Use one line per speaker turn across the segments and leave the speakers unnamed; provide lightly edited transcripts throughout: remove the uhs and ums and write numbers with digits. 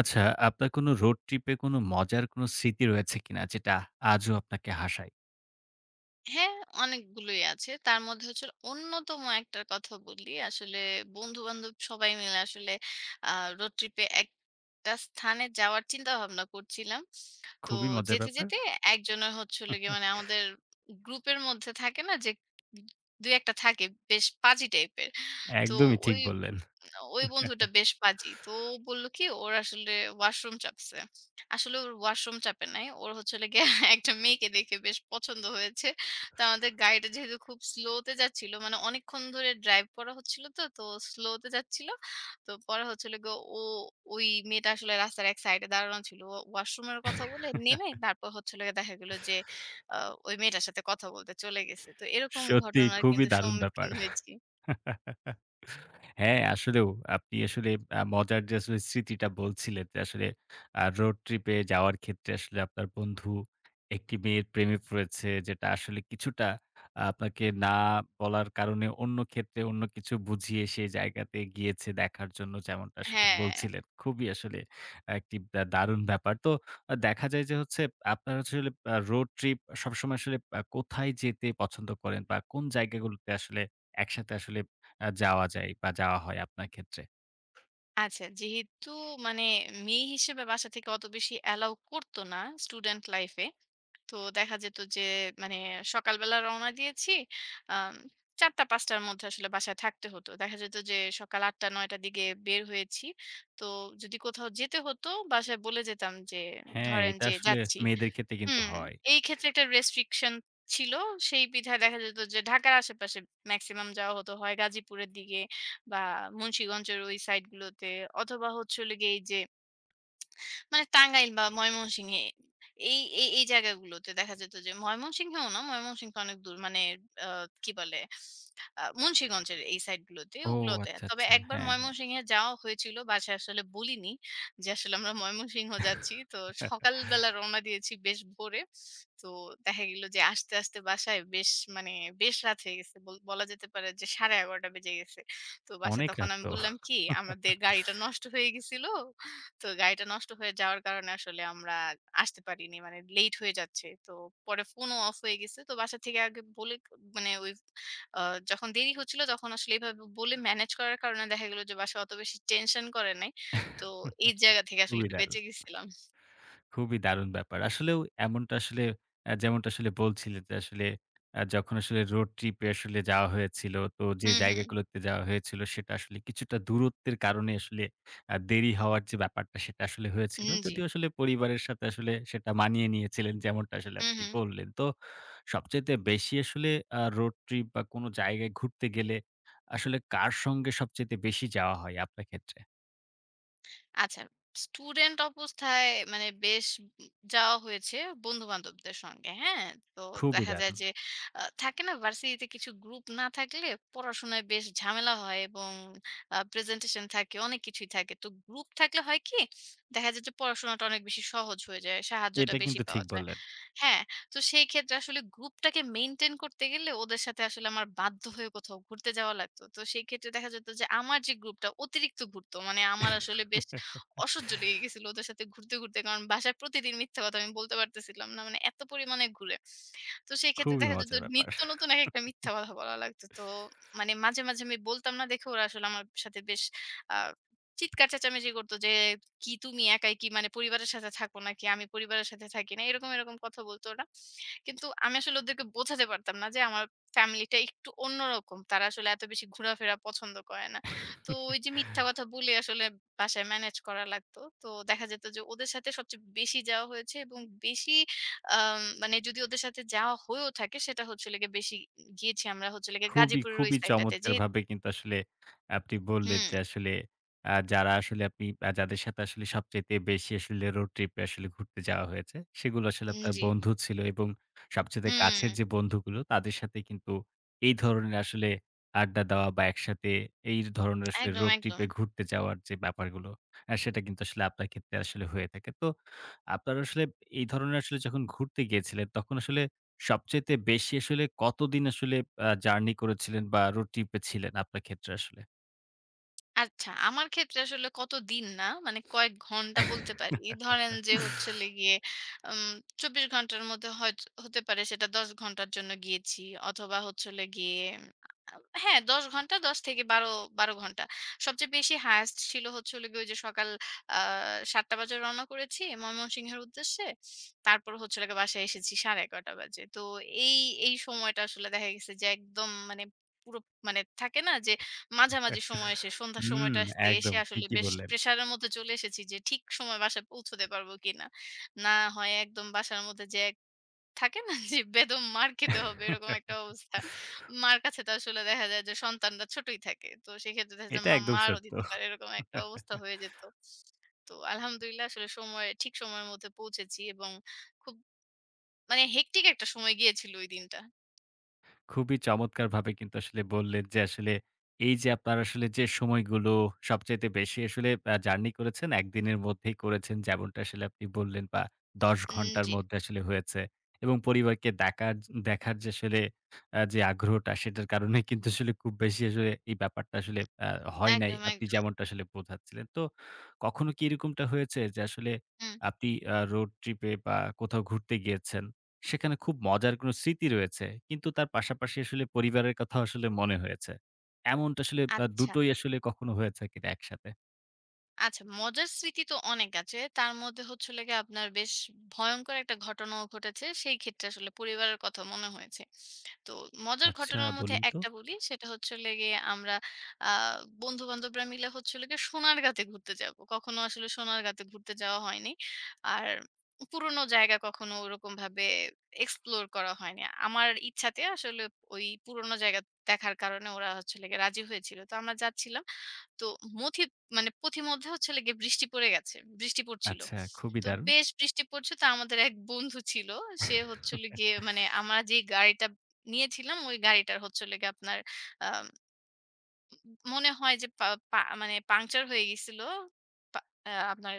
আচ্ছা, আপনার কোনো রোড ট্রিপ এ কোনো মজার কোনো স্মৃতি রয়েছে কিনা যেটা আজও আপনাকে হাসায়?
হ্যাঁ, অনেকগুলোই আছে। তার মধ্যে হচ্ছে অন্যতম একটার কথা বলি। আসলে বন্ধু-বান্ধব সবাই মিলে আসলে আ রোড ট্রিপে একটা স্থানে যাওয়ার চিন্তাভাবনা করছিলাম। তো
খুবই মজার
যেতে,
ব্যাপার।
যেতে একজনের হচ্ছে হলো গিয়ে মানে আমাদের গ্রুপের মধ্যে থাকে না যে ২-১ টা থাকে বেশ পাজি টাইপের। তো
একদমই ঠিক
ওই
বললেন।
ওই বন্ধুটা বেশ পাজি। তো ও বলল কি ওর আসলে ওয়াশরুম চাপছে। আসলে ওর ওয়াশরুম চাপে নাই। ওর হচ্ছে হলো গিয়ে একটা মেয়েকে দেখে বেশ পছন্দ হয়েছে। তো আমাদের গাড়িটা যেহেতু খুব স্লোতে যাচ্ছিল মানে অনেকক্ষণ ধরে ড্রাইভ করা হচ্ছিল তো স্লোতে যাচ্ছিল। তো পরে হচ্ছে হলো গিয়ে ও ওই মেয়েটা আসলে রাস্তার এক সাইডে দাঁড়ানো ছিল। ও ওয়াশরুমের কথা বলে নেমে তারপর হচ্ছে হলো গিয়ে দেখা গেল যে আ ওই মেয়েটার সাথে কথা বলতে চলে গেছে। তো এরকম
সত্যি
ঘটনার
খুবই
কিন্তু
দারুণ ব্যাপার।
সম্মুখীন হয়েছি।
হ্যাঁ, আসলেও আপনি আসলে মজার যে আসলে স্মৃতিটা বলছিলেন যে আসলে রোড ট্রিপ এ যাওয়ার ক্ষেত্রে আসলে আপনার বন্ধু একটি মেয়ের প্রেমে পড়েছে যেটা আসলে কিছুটা আপনাকে না বলার কারণে অন্য ক্ষেত্রে অন্য কিছু বুঝিয়ে সে জায়গাতে গিয়েছে দেখার জন্য যেমনটা আসলে
হ্যাঁ।
বলছিলেন। খুবই আসলে একটি দারুণ ব্যাপার। তো দেখা যায় যে হচ্ছে আপনার আসলে রোড ট্রিপ সবসময় আসলে কোথায় যেতে পছন্দ করেন বা কোন জায়গাগুলোতে আসলে একসাথে আসলে যাওয়া যায় বা যাওয়া হয় আপনার ক্ষেত্রে।
আচ্ছা যেহেতু মানে মেয়ে হিসেবে বাসা থেকে অত বেশি অ্যালাও করত না স্টুডেন্ট লাইফ এ। তো দেখা যেত যে মানে সকালবেলা রওনা দিয়েছি আম ৪ঃ০০-৫ঃ০০ র মধ্যে আসলে বাসায় থাকতে হতো। দেখা যেত যে সকাল ৮ঃ০০-৯ঃ০০ র দিকে বের হয়েছি। তো যদি কোথাও যেতে হতো বাসায় বলে যেতাম যে
হ্যাঁ,
ধরেন
এটা
যে
আসলে
যাচ্ছি।
মেয়েদের ক্ষেত্রে কিন্তু
হুম,
হয়।
এই ক্ষেত্রে একটা রেস্ট্রিকশন ছিল। সেই বিধায় দেখা যেত যে ঢাকার আশেপাশে মেক্সিমাম যাওয়া হতো। হয় গাজীপুরের দিকে বা মুন্সিগঞ্জের ওই সাইড গুলোতে অথবা হচ্ছে হলো গিয়ে এই যে মানে টাঙ্গাইল বা ময়মনসিংহে এই জায়গাগুলোতে দেখা যেত যে ময়মনসিংহেও না, ময়মনসিংহ তো অনেক দূর। মানে আ কি বলে? মুন্সিগঞ্জের এই সাইড গুলোতে,
ও
ওগুলোতে।
আচ্ছা,
তবে
আচ্ছা।
একবার
হ্যাঁ, হ্যাঁ।
ময়মনসিংহে যাওয়া হয়েছিল। বাসায় আসলে বলিনি যে আসলে আমরা ময়মনসিংহ যাচ্ছি। তো সকালবেলা রওনা দিয়েছি বেশ ভোরে। তো দেখা গেল যে আসতে বাসায় বেশ মানে বেশ রাত হয়ে গেছে। বলা যেতে পারে যে ১১:৩০ বেজে গেছে। তো বাসায়
অনেক
তখন
রাত
আমি
তো।
বললাম কি আমাদের গাড়িটা নষ্ট হয়ে গেছিল। তো গাড়িটা নষ্ট হয়ে যাওয়ার কারণে আসলে আমরা আসতে পারিনি। মানে লেট হয়ে যাচ্ছে। তো পরে ফোনও অফ হয়ে গেছে। তো বাসা থেকে আগে বলে মানে ওই আ যখন দেরি হচ্ছিল তখন আসলে এভাবে বলে ম্যানেজ করার কারণে দেখা গেল যে বাসায় অত বেশি টেনশন করে নাই। তো এই জায়গা থেকে আসলে
খুবই
একটু বেঁচে
দারুণ।
গেছিলাম।
খুবই দারুণ ব্যাপার। আসলেও এমনটা আসলে যেমনটা আসলে বলছিলেন যে আসলে যখন আসলে রোড ট্রিপ এ আসলে যাওয়া হয়েছিল, তো যে
হুম, হুম।
জায়গাগুলোতে যাওয়া হয়েছিল সেটা আসলে কিছুটা দূরত্বের কারণে আসলে দেরি হওয়ার যে ব্যাপারটা সেটা আসলে হয়েছিল।
হুম, জি।
যদিও আসলে পরিবারের সাথে আসলে সেটা মানিয়ে নিয়েছিলেন যেমনটা আসলে
হুম,
আপনি
হুম।
বললেন। তো সবচাইতে বেশি আসলে রোড ট্রিপ বা কোনো জায়গায় ঘুরতে গেলে আসলে কার সঙ্গে সবচাইতে বেশি যাওয়া হয় আপনার ক্ষেত্রে?
আচ্ছা, স্টুডেন্ট অবস্থায় মানে বেশ যাওয়া হয়েছে বন্ধু-বান্ধবদের সঙ্গে, হ্যাঁ? তো
খুবই
দেখা যায়
দারুণ।
যে থাকে না ভার্সিটিতে কিছু গ্রুপ না থাকলে পড়াশোনায় বেশ ঝামেলা হয় এবং প্রেজেন্টেশন থাকে, অনেক কিছুই থাকে। তো গ্রুপ থাকলে হয় কি? দেখা যায় যে পড়াশোনাটা অনেক বেশি সহজ হয়ে যায়, সাহায্যটা
এটা
বেশি
কিন্তু ঠিক
পাওয়া যায়।
বললেন।
হ্যাঁ, তো সেই ক্ষেত্রে আসলে গ্রুপটাকে মেইনটেইন করতে গেলে ওদের সাথে আসলে আমার বাধ্য হয়ে কোথাও ঘুরতে যাওয়া লাগতো। তো সেই ক্ষেত্রে দেখা যেত যে আমার যে গ্রুপটা অতিরিক্ত ঘুরতো। মানে আমার আসলে বেশ অসহ্য লেগে গেছিল ওদের সাথে ঘুরতে। কারণ বাসায় প্রতিদিন মিথ্যা কথা আমি বলতে পারতেছিলাম না। মানে এত পরিমাণে ঘুরে তো সেই ক্ষেত্রে
খুবই
দেখা যেত
মজার ব্যাপার।
নিত্য নতুন একেকটা মিথ্যা কথা বলা লাগতো। তো মানে মাঝে আমি বলতাম না দেখে ওরা আসলে আমার সাথে বেশ আ চিৎকার চেঁচামেচি করতো যে, "কি তুমি একাই কি মানে পরিবারের সাথে থাকো নাকি? আমি পরিবারের সাথে থাকি না।" এরকম কথা বলতো ওরা। কিন্তু আমি আসলে ওদেরকে বোঝাতে পারতাম না যে আমার ফ্যামিলিটা একটু অন্যরকম। তারা আসলে এত বেশি ঘোরাফেরা পছন্দ করে না। তো ওই যে মিথ্যা কথা বলে আসলে বাসায় ম্যানেজ করা লাগতো। তো দেখা যেত যে ওদের সাথে সবচেয়ে বেশি যাওয়া হয়েছে এবং বেশি মানে যদি ওদের সাথে যাওয়া হয়েও থাকে সেটা হচ্ছে হলো গিয়ে বেশি গিয়েছি আমরা হচ্ছে হলো গিয়ে
খুবই,
গাজীপুরের ওই
খুবই
সাইডটাতে যেহেতু
চমৎকারভাবে কিন্তু আসলে আপনি বললেন
হুম,
যে আসলে যারা আসলে আপনি যাদের সাথে আসলে সবচাইতে বেশি আসলে রোড ট্রিপে আসলে ঘুরতে যাওয়া হয়েছে, সেগুলো আসলে
উম,
আপনার
জি।
বন্ধু ছিল এবং সবচাইতে
হুম,
কাছের যে বন্ধুগুলো তাদের সাথে কিন্তু এই ধরনের আসলে আড্ডা দেওয়া বা একসাথে এই ধরনের আসলে
একদম,
রোড
একদম।
ট্রিপে ঘুরতে যাওয়ার যে ব্যাপারগুলো, সেটা কিন্তু আসলে আপনার ক্ষেত্রে আসলে হয়ে থাকে। তো আপনারা আসলে এই ধরনের আসলে যখন ঘুরতে গিয়েছিলেন তখন আসলে সবচাইতে বেশি আসলে কতদিন আসলে জার্নি করেছিলেন বা রোড ট্রিপ এ ছিলেন আপনার ক্ষেত্রে আসলে?
আচ্ছা, আমার ক্ষেত্রে আসলে কতদিন না, মানে কয়েক ঘন্টা বলতে পারি। ধরেন যে হচ্ছে হলো গিয়ে উম ২৪ ঘন্টার মধ্যে হয়তো হতে পারে সেটা ১০ ঘন্টার জন্য গিয়েছি অথবা হচ্ছে হলো গিয়ে আ হ্যাঁ, ১০ ঘন্টা ১০ থেকে ১২, ১২ ঘন্টা। সবচেয়ে বেশি হায়েস্ট ছিল হচ্ছে হলো গিয়ে ওই যে সকাল আ ৭ঃ০০ বাজে রওনা করেছি ময়মনসিংহের উদ্দেশ্যে। তারপর হচ্ছে হলো গিয়ে বাসায় এসেছি ১১:৩০ বাজে। তো এই, এই সময়টা আসলে দেখা গেছে যে একদম মানে পুরো মানে থাকে না যে মাঝামাঝি সময়ে এসে সন্ধ্যার
হুম,
সময়টাতে এসে
একদম
আসলে
ঠিকই
বেশ
বললেন।
প্রেশার এর মধ্যে চলে এসেছি যে ঠিক সময়ে বাসায় পৌঁছতে পারবো কিনা। না হয় একদম বাসার মধ্যে যে এক থাকে না যে বেদম মার খেতে হবে এরকম একটা অবস্থা। মার কাছে তো আসলে দেখা যায় যে সন্তানরা ছোটই থাকে। তো সেক্ষেত্রে দেখা যায়
এটা
মা
একদম
মারও
সত্য।
দিতে পারে এরকম একটা অবস্থা হয়ে যেত। তো আলহামদুলিল্লাহ আসলে সময়ে ঠিক সময়ের মধ্যে পৌঁছেছি এবং খুব মানে হেক্টিক একটা সময় গিয়েছিল ওই দিনটা।
খুবই চমৎকারভাবে কিন্তু আসলে বললেন যে আসলে এই যে আপনার আসলে যে সময়গুলো সবচাইতে বেশি আসলে জার্নি করেছেন একদিনের মধ্যেই করেছেন যেমনটা আসলে আপনি বললেন বা ১০
উম
ঘন্টার
জি।
মধ্যে আসলে হয়েছে এবং পরিবারকে দেখার দেখার যে আসলে যে আগ্রহটা সেটার কারণে কিন্তু আসলে খুব বেশি আসলে এই ব্যাপারটা আসলে হয় নাই।
একদম,
আপনি
একদম।
যেমনটা আসলে বোঝাচ্ছিলেন। তো কখনো কি এরকমটা হয়েছে যে আসলে
হুম,
আপনি রোড ট্রিপ এ বা কোথাও ঘুরতে গিয়েছেন সেখানে খুব মজার কোনো স্মৃতি রয়েছে। কিন্তু তার পাশাপাশি আসলে পরিবারের কথাও আসলে মনে হয়েছে। এমনটা আসলে
আচ্ছা।
দুটোই আসলে কখনো হয়েছে কিনা একসাথে?
আচ্ছা, মজার স্মৃতি তো অনেক আছে। তার মধ্যে হচ্ছে হলো গিয়ে আপনার বেশ ভয়ংকর একটা ঘটনাও ঘটেছে। সেই ক্ষেত্রে আসলে পরিবারের কথা মনে হয়েছে। তো মজার
আচ্ছা,
ঘটনার মধ্যে
বলুন তো?
একটা বলি, সেটা হচ্ছে হলো গিয়ে আমরা আ বন্ধু-বান্ধবরা মিলে হচ্ছে হলো গিয়ে সোনারগাঁতে ঘুরতে যাব। কখনো আসলে সোনারগাঁতে ঘুরতে যাওয়া হয়নি। আর পুরনো জায়গা কখনো ওরকমভাবে এক্সপ্লোর করা হয়নি। আমার ইচ্ছাতে আসলে ওই পুরনো জায়গা দেখার কারণে ওরা হচ্ছে হলো গিয়ে রাজি হয়েছিল। তো আমরা যাচ্ছিলাম। তো মথি মানে পথির মধ্যে হচ্ছে হলো গিয়ে বৃষ্টি পড়ে গেছে। বৃষ্টি পড়ছিল।
আচ্ছা, খুবই
তো
দারুণ।
বেশ বৃষ্টি পড়ছে। তো আমাদের এক বন্ধু ছিল। সে হচ্ছে হলো গিয়ে মানে আমরা যেই গাড়িটা নিয়েছিলাম ওই গাড়িটার হচ্ছে হলো গিয়ে আপনার আ মনে হয় যে পা পা মানে পাংচার হয়ে গেছিল। পা আ আপনার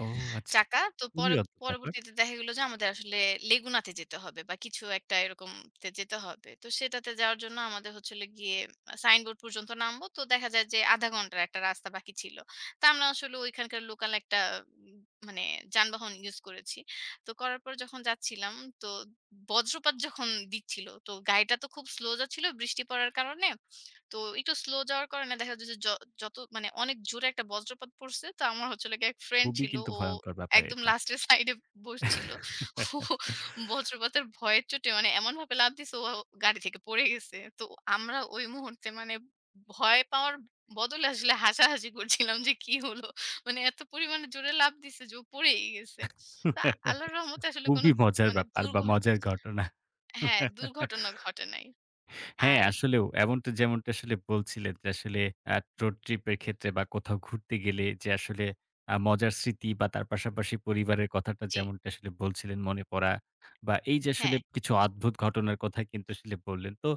ও আচ্ছা।
টাকা। তো
খুবই
পরে
অদ্ভুত ব্যাপার।
পরবর্তীতে দেখা গেল যে আমাদের আসলে লেগুনাতে যেতে হবে বা কিছু একটা এরকম তে যেতে হবে। তো সেটাতে যাওয়ার জন্য আমাদের হচ্ছে হলো গিয়ে সাইনবোর্ড পর্যন্ত নামবো। তো দেখা যায় যে ০.৫ ঘন্টার একটা রাস্তা বাকি ছিল। তো আমরা আসলে ওইখানকার লোকাল একটা উম মানে যানবাহন ইউজ করেছি। তো করার পর যখন যাচ্ছিলাম তো বজ্রপাত যখন দিচ্ছিল তো গাড়িটা তো খুব স্লো যাচ্ছিল বৃষ্টি পড়ার কারণে। তো একটু স্লো যাওয়ার কারণে দেখা যায় যে যত মানে অনেক জোরে একটা বজ্রপাত পড়ছে। তো আমার হচ্ছে হলো গিয়ে এক ফ্রেন্ড
খুবই
ছিল।
কিন্তু
ও
ভয়ংকর ব্যাপার
একদম
এটা।
লাস্টের সাইডে বসছিল। ও বজ্রপাতের ভয়ের চোটে মানে এমনভাবে লাফ দিছে ও গাড়ি থেকে পড়ে গেছে। তো আমরা ওই মুহূর্তে মানে ভয় পাওয়ার বদলে আসলে হাসাহাসি করছিলাম যে কি হলো? মানে এত পরিমাণে জোরে লাফ দিছে যে ও পড়েই গেছে। তো আল্লাহর রহমতে আসলে কোনো
খুবই মজার
মানে
ব্যাপার বা মজার ঘটনা।
হ্যাঁ, দুর্ঘটনা ঘটে নাই।
হ্যাঁ,
আর
আসলেও এমনটা যেমনটা আসলে বলছিলেন যে আসলে আ রোড ট্রিপ এর ক্ষেত্রে বা কোথাও ঘুরতে গেলে যে আসলে মজার স্মৃতি বা তার পাশাপাশি পরিবারের কথাটা
জি,
যেমনটা আসলে বলছিলেন মনে পড়া বা এই যে
হ্যাঁ,
আসলে কিছু অদ্ভুত ঘটনার কথা কিন্তু আসলে বললেন। তো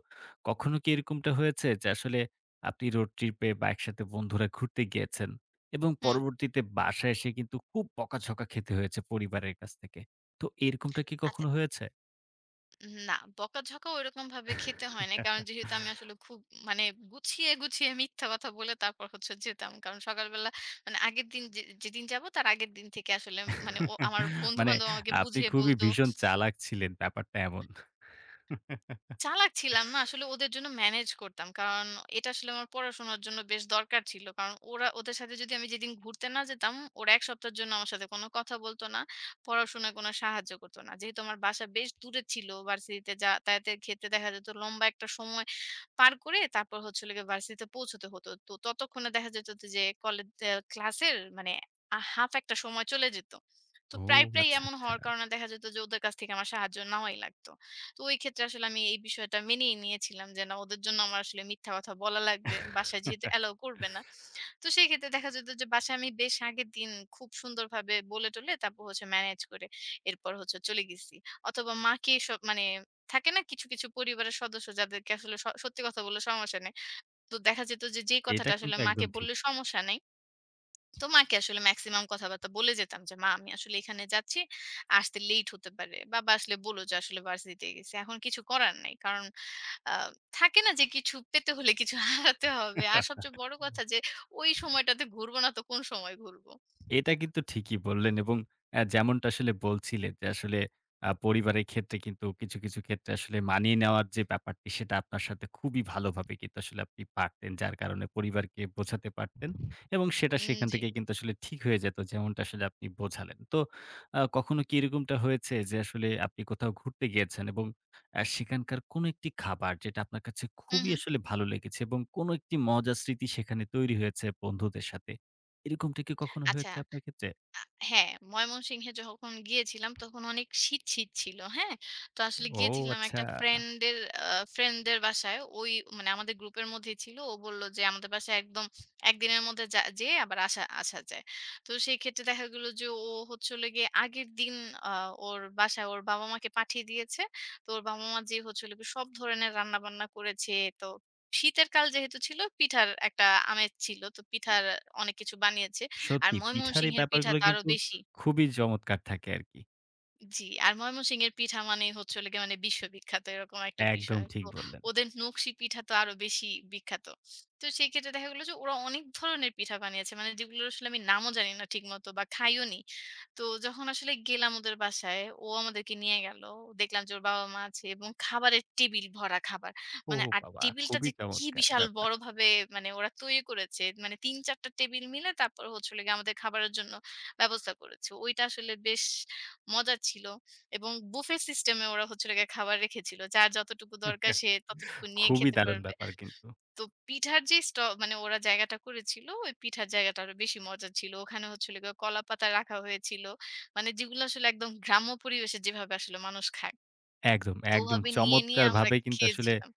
কখনো কি এরকমটা হয়েছে যে আসলে আপনি রোড ট্রিপ এ বা একসাথে বন্ধুরা ঘুরতে গিয়েছেন এবং
হুম,
পরবর্তীতে বাসায় এসে কিন্তু খুব বকাঝকা খেতে হয়েছে পরিবারের কাছ থেকে। তো এরকমটা কি
আচ্ছা।
কখনো হয়েছে?
না, বকাঝকা ওইরকম ভাবে খেতে হয় নাই। কারণ যেহেতু আমি আসলে খুব মানে গুছিয়ে মিথ্যা কথা বলে তারপর হচ্ছে যেতাম। কারণ সকালবেলা মানে আগের দিন যে যেদিন যাবো তার আগের দিন থেকে আসলে মানে ও আমার
মানে
বন্ধু-বান্ধব আমাকে
আপনি
বুঝিয়ে
খুবই
বলত।
ভীষণ চালাক ছিলেন ব্যাপারটা এমন।
চালাক ছিলাম না আসলে ওদের জন্য ম্যানেজ করতাম। কারণ এটা আসলে আমার পড়াশোনার জন্য বেশ দরকার ছিল। কারণ ওরা ওদের সাথে যদি আমি যেদিন ঘুরতে না যেতাম, ওরা ১ সপ্তাহের জন্য আমার সাথে কোনো কথা বলত না, পড়াশোনায় কোনো সাহায্য করত না। যেহেতু আমার বাসা বেশ দূরে ছিল, ভার্সিটিতে যাতায়াতের ক্ষেত্রে দেখা যেত লম্বা একটা সময় পার করে তারপর হচ্ছে হলো গিয়ে ভার্সিটিতে পৌঁছতে হতো। তো ততক্ষণে দেখা যেত যে কলেজ এ ক্লাসের মানে হাফ একটা সময় চলে যেত। তো
ও
প্রায়
আচ্ছা,
এমন
আচ্ছা।
হওয়ার কারণে দেখা যেত যে ওদের কাছ থেকে আমার সাহায্য নেওয়াই লাগতো। তো ওই ক্ষেত্রে আসলে আমি এই বিষয়টা মেনেই নিয়েছিলাম যে না ওদের জন্য আমার আসলে মিথ্যা কথা বলা লাগবে। বাসায় যেহেতু এলাও করবে না। তো সেই ক্ষেত্রে দেখা যেত যে বাসায় আমি বেশ আগের দিন খুব সুন্দরভাবে বলে টলে তারপর হচ্ছে ম্যানেজ করে এরপর হচ্ছে চলে গেছি। অথবা মাকে সব মানে থাকে না কিছু পরিবারের সদস্য যাদেরকে আসলে সত্যি কথা বললে সমস্যা নেই। তো দেখা যেত যে, যেই কথাটা
এটা
আসলে
কিন্তু
মাকে
একদম ঠিক।
বললে সমস্যা নেই। তো মাকে আসলে মেক্সিমাম কথাবার্তা বলে যেতাম যে, "মা আমি আসলে এখানে যাচ্ছি। আসতে লেট হতে পারে।" বাবা আসলে বললো যে, "আসলে ভার্সিটিতে গেছি।" এখন কিছু করার নাই। কারণ আ থাকে না যে, কিছু পেতে হলে কিছু হারাতে হবে। আর সবচেয়ে বড় কথা যে, ওই সময়টাতে ঘুরবো না তো কোন সময় ঘুরবো?
এটা কিন্তু ঠিকই বললেন এবং যেমনটা আসলে বলছিলেন যে, আসলে পরিবারের ক্ষেত্রে কিন্তু কিছু, কিছু ক্ষেত্রে আসলে মানিয়ে নেওয়ার যে ব্যাপারটি, সেটা আপনার সাথে খুবই ভালোভাবে কিন্তু আসলে আপনি পারতেন। যার কারণে পরিবারকে বোঝাতে পারতেন এবং সেটা
উম
সেখান
জি।
থেকে কিন্তু আসলে ঠিক হয়ে যেত, যেমনটা আসলে আপনি বোঝালেন। তো কখনো কি এরকমটা হয়েছে যে, আসলে আপনি কোথাও ঘুরতে গিয়েছেন এবং সেখানকার কোনো একটি খাবার যেটা আপনার কাছে
হু,
খুবই
হু।
আসলে ভালো লেগেছে এবং কোনো একটি মজার স্মৃতি সেখানে তৈরি হয়েছে বন্ধুদের সাথে। এরকমটা কি কখনো
আচ্ছা।
হয়েছে আপনার ক্ষেত্রে?
আ হ্যাঁ, ময়মনসিংহে যখন গিয়েছিলাম তখন অনেক শীত ছিল। হ্যাঁ? তো আসলে
ও
গিয়েছিলাম
আচ্ছা।
একটা আ ফ্রেন্ডের বাসায়। ওই মানে আমাদের গ্রুপের মধ্যেই ছিল। ও বলল যে আমাদের বাসায় একদম ১ দিনের মধ্যে যা যেয়ে আবার আসা আসা যায়। তো সেই ক্ষেত্রে দেখা গেল যে ও হচ্ছে হলো গিয়ে আগের দিন আ ওর বাসায় ওর বাবা-মাকে পাঠিয়ে দিয়েছে। তো ওর বাবা-মা যেয়ে হচ্ছে হলো গিয়ে সব ধরনের রান্নাবান্না করেছে। তো শীতের কাল যেহেতু ছিল পিঠার একটা আমেজ ছিল। তো পিঠার অনেক কিছু বানিয়েছে। আর
সত্যি পিঠার এই
ময়মনসিংহের পিঠা
ব্যাপারগুলো
তো আরো
কিন্তু
বেশি।
খুবই চমৎকার থাকে আরকি।
জি, আর ময়মনসিংহের পিঠা মানেই হচ্ছে হলো গিয়ে মানে বিশ্ববিখ্যাত এরকম একটা
একদম
বিষয়।
ঠিক
তো
বললেন।
ওদের নকশি পিঠা তো আরো বেশি বিখ্যাত। তো সেক্ষেত্রে দেখা গেল যে ওরা অনেক ধরনের পিঠা বানিয়েছে। মানে যেগুলোর আসলে আমি নামও জানি না ঠিকমতো বা খাইও নি। তো যখন আসলে গেলাম ওদের বাসায়, ও আমাদেরকে নিয়ে গেল। দেখলাম যে ওর বাবা-মা আছে এবং খাবারের টেবিল ভরা খাবার। মানে
ওহো
আর
বাবা!
টেবিলটা
খুবই
যে কি
চমৎকার
বিশাল
ব্যাপার।
বড়ভাবে মানে ওরা তৈরি করেছে। মানে ৩-৪ টা টেবিল মিলে তারপরে হচ্ছে হলো গিয়ে আমাদের খাবারের জন্য ব্যবস্থা করেছে। ওইটা আসলে বেশ মজার ছিল। এবং বুফে সিস্টেমে ওরা হচ্ছে হলো গিয়ে খাবার রেখেছিল। যার যতটুকু দরকার সে ততটুকু নিয়ে
খুবই
খেতে
দারুণ
পারবে।
ব্যাপার কিন্তু।
তো পিঠার যে মানে ওরা জায়গাটা করেছিল, ওই পিঠার জায়গাটা আরো বেশি মজার ছিল। ওখানে হচ্ছে হলো গিয়ে কলাপাতা রাখা হয়েছিল। মানে যেগুলো আসলে একদম গ্রাম্য পরিবেশে যেভাবে আসলে মানুষ খায়।
একদম,
তো
একদম
ওভাবে নিয়ে আমরা
চমৎকারভাবে কিন্তু আসলে
খেয়েছিলাম।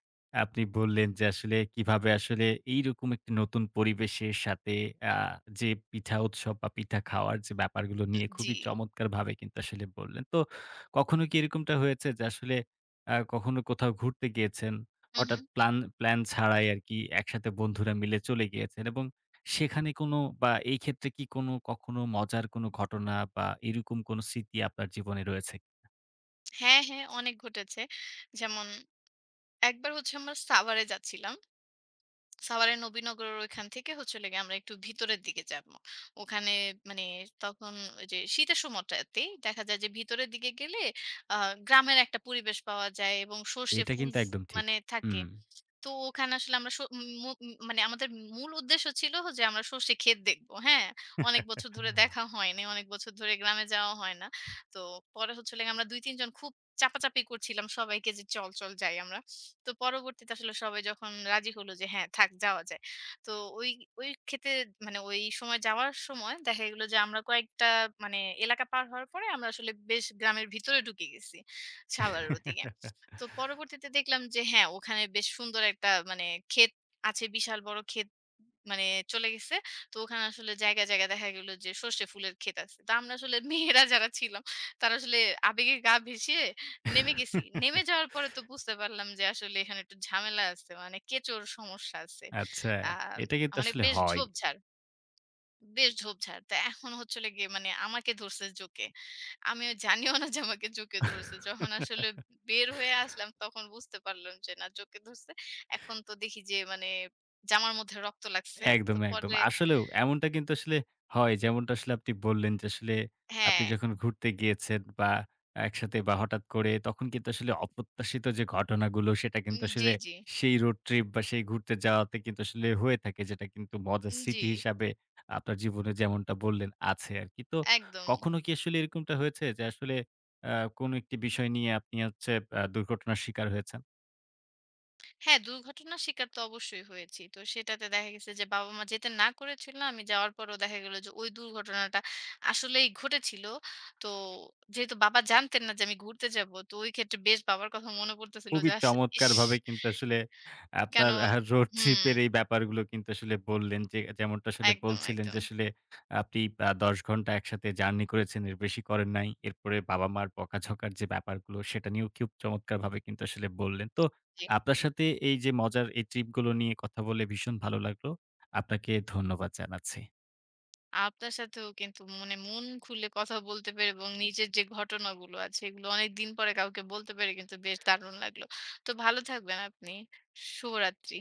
আপনি বললেন যে আসলে কিভাবে আসলে এইরকম একটি নতুন পরিবেশের সাথে আ যে পিঠা উৎসব বা পিঠা খাওয়ার যে ব্যাপারগুলো নিয়ে
জি।
খুবই চমৎকারভাবে কিন্তু আসলে বললেন। তো কখনো কি এরকমটা হয়েছে যে আসলে কখনো কোথাও ঘুরতে গিয়েছেন,
হু, হু।
হঠাৎ প্ল্যান ছাড়াই আরকি একসাথে বন্ধুরা মিলে চলে গিয়েছেন এবং সেখানে কোনো বা এই ক্ষেত্রে কি কোনো কখনো মজার কোনো ঘটনা বা এরকম কোনো স্মৃতি আপনার জীবনে রয়েছে?
হ্যাঁ, হ্যাঁ অনেক ঘটেছে। যেমন একবার হচ্ছে আমরা সাভারে যাচ্ছিলাম। সাভারের নবীনগরের ওইখান থেকে হচ্ছে হলো গিয়ে আমরা একটু ভিতরের দিকে যাব। ওখানে মানে তখন ওই যে শীতের সময়টাতেই দেখা যায় যে ভিতরের দিকে গেলে আ গ্রামের একটা পরিবেশ পাওয়া যায় এবং সর্ষে
এটা
ফুল
কিন্তু
ফু
একদম ঠিক।
মানে থাকে।
হুম।
তো ওখানে আসলে আমরা স মু মানে আমাদের মূল উদ্দেশ্য ছিল যে আমরা সর্ষে ক্ষেত দেখবো। হ্যাঁ? অনেক বছর ধরে দেখা হয়নি। অনেক বছর ধরে গ্রামে যাওয়া হয় না। তো পরে হচ্ছে হলো গিয়ে আমরা ২-৩ জন খুব চাপাচাপি করছিলাম সবাইকে যে চল যাই আমরা। তো পরবর্তীতে আসলে সবাই যখন রাজি হলো যে হ্যাঁ থাক যাওয়া যায়। তো ওই ওই ক্ষেতে মানে ওই সময় যাওয়ার সময় দেখা গেল যে আমরা কয়েকটা মানে এলাকা পার হওয়ার পরে আমরা আসলে বেশ গ্রামের ভিতরে ঢুকে গেছি সাভারের ওদিকে। তো পরবর্তীতে দেখলাম যে হ্যাঁ, ওখানে বেশ সুন্দর একটা মানে ক্ষেত আছে, বিশাল বড় ক্ষেত মানে চলে গেছে। তো ওখানে আসলে জায়গায় দেখা গেল যে সর্ষে ফুলের ক্ষেত আছে। তো আমরা আসলে মেয়েরা যারা ছিলাম, তারা আসলে আবেগে গা ভেসিয়ে নেমে গেছি। নেমে যাওয়ার পরে তো বুঝতে পারলাম যে আসলে এখানে একটু ঝামেলা আছে। মানে কেঁচোর সমস্যা আছে।
আচ্ছা,
আ
এটা কিন্তু
মানে
আসলে
বেশ
হয়।
ঝোপঝাড়। বেশ ঝোপঝাড়। তো এখন হচ্ছে হলো গিয়ে মানে আমাকে ধরছে জোকে। আমিও জানিও না যে আমাকে জোকে ধরছে। যখন আসলে বের হয়ে আসলাম তখন বুঝতে পারলাম যে না জোকে ধরছে। এখন তো দেখি যে মানে জামার মধ্যে রক্ত লাগছে। তো
একদম, একদম।
পরে
আসলেও এমনটা কিন্তু আসলে হয়। যেমনটা আসলে আপনি বললেন যে আসলে আপনি
হ্যাঁ,
যখন ঘুরতে গিয়েছেন বা একসাথে বা হঠাৎ করে তখন কিন্তু আসলে অপ্রত্যাশিত যে ঘটনাগুলো সেটা কিন্তু
জি,
আসলে সেই রোড ট্রিপ বা সেই ঘুরতে যাওয়াতে কিন্তু আসলে হয়ে থাকে। যেটা কিন্তু মজার
জি,
স্মৃতি হিসাবে আপনার জীবনে যেমনটা বললেন আছে আরকি। তো
একদম।
কখনো কি আসলে এরকমটা হয়েছে যে আসলে আ কোনো একটি বিষয় নিয়ে আপনি হচ্ছে দুর্ঘটনার শিকার হয়েছেন?
হ্যাঁ, দুর্ঘটনার শিকার তো অবশ্যই হয়েছি। তো সেটাতে দেখা গেছে যে বাবা-মা যেতে না করেছিল। আমি যাওয়ার পরেও দেখা গেল যে ওই দুর্ঘটনাটা আসলেই ঘটেছিল। তো যেহেতু বাবা জানতেন না যে আমি ঘুরতে যাব, তো ওই ক্ষেত্রে বেশ বাবার কথা মনে পড়তেছিল যে
খুবই
ইস!
চমৎকারভাবে কিন্তু আসলে
কেন
আপনার রোড
হুম,
ট্রিপ এর এই ব্যাপারগুলো কিন্তু আসলে বললেন যে, যেমনটা আসলে
একদম,
বলছিলেন
একদম।
যে, আসলে আপনি ১০ ঘন্টা একসাথে জার্নি করেছেন, এর বেশি করেন নাই। এরপরে বাবা-মার বকাঝকার যে ব্যাপারগুলো, সেটা নিয়েও খুব চমৎকারভাবে কিন্তু আসলে বললেন। তো
জি।
আপনার সাথে এই যে মজার এই ট্রিপগুলো নিয়ে কথা বলে ভীষণ ভালো লাগলো। আপনাকে ধন্যবাদ জানাচ্ছি।
আপনার সাথেও কিন্তু মানে মন খুলে কথা বলতে পেরে এবং নিজের যে ঘটনাগুলো আছে, এগুলো অনেকদিন পরে কাউকে বলতে পেরে কিন্তু বেশ দারুণ লাগলো। তো ভালো থাকবেন আপনি। শুভরাত্রি।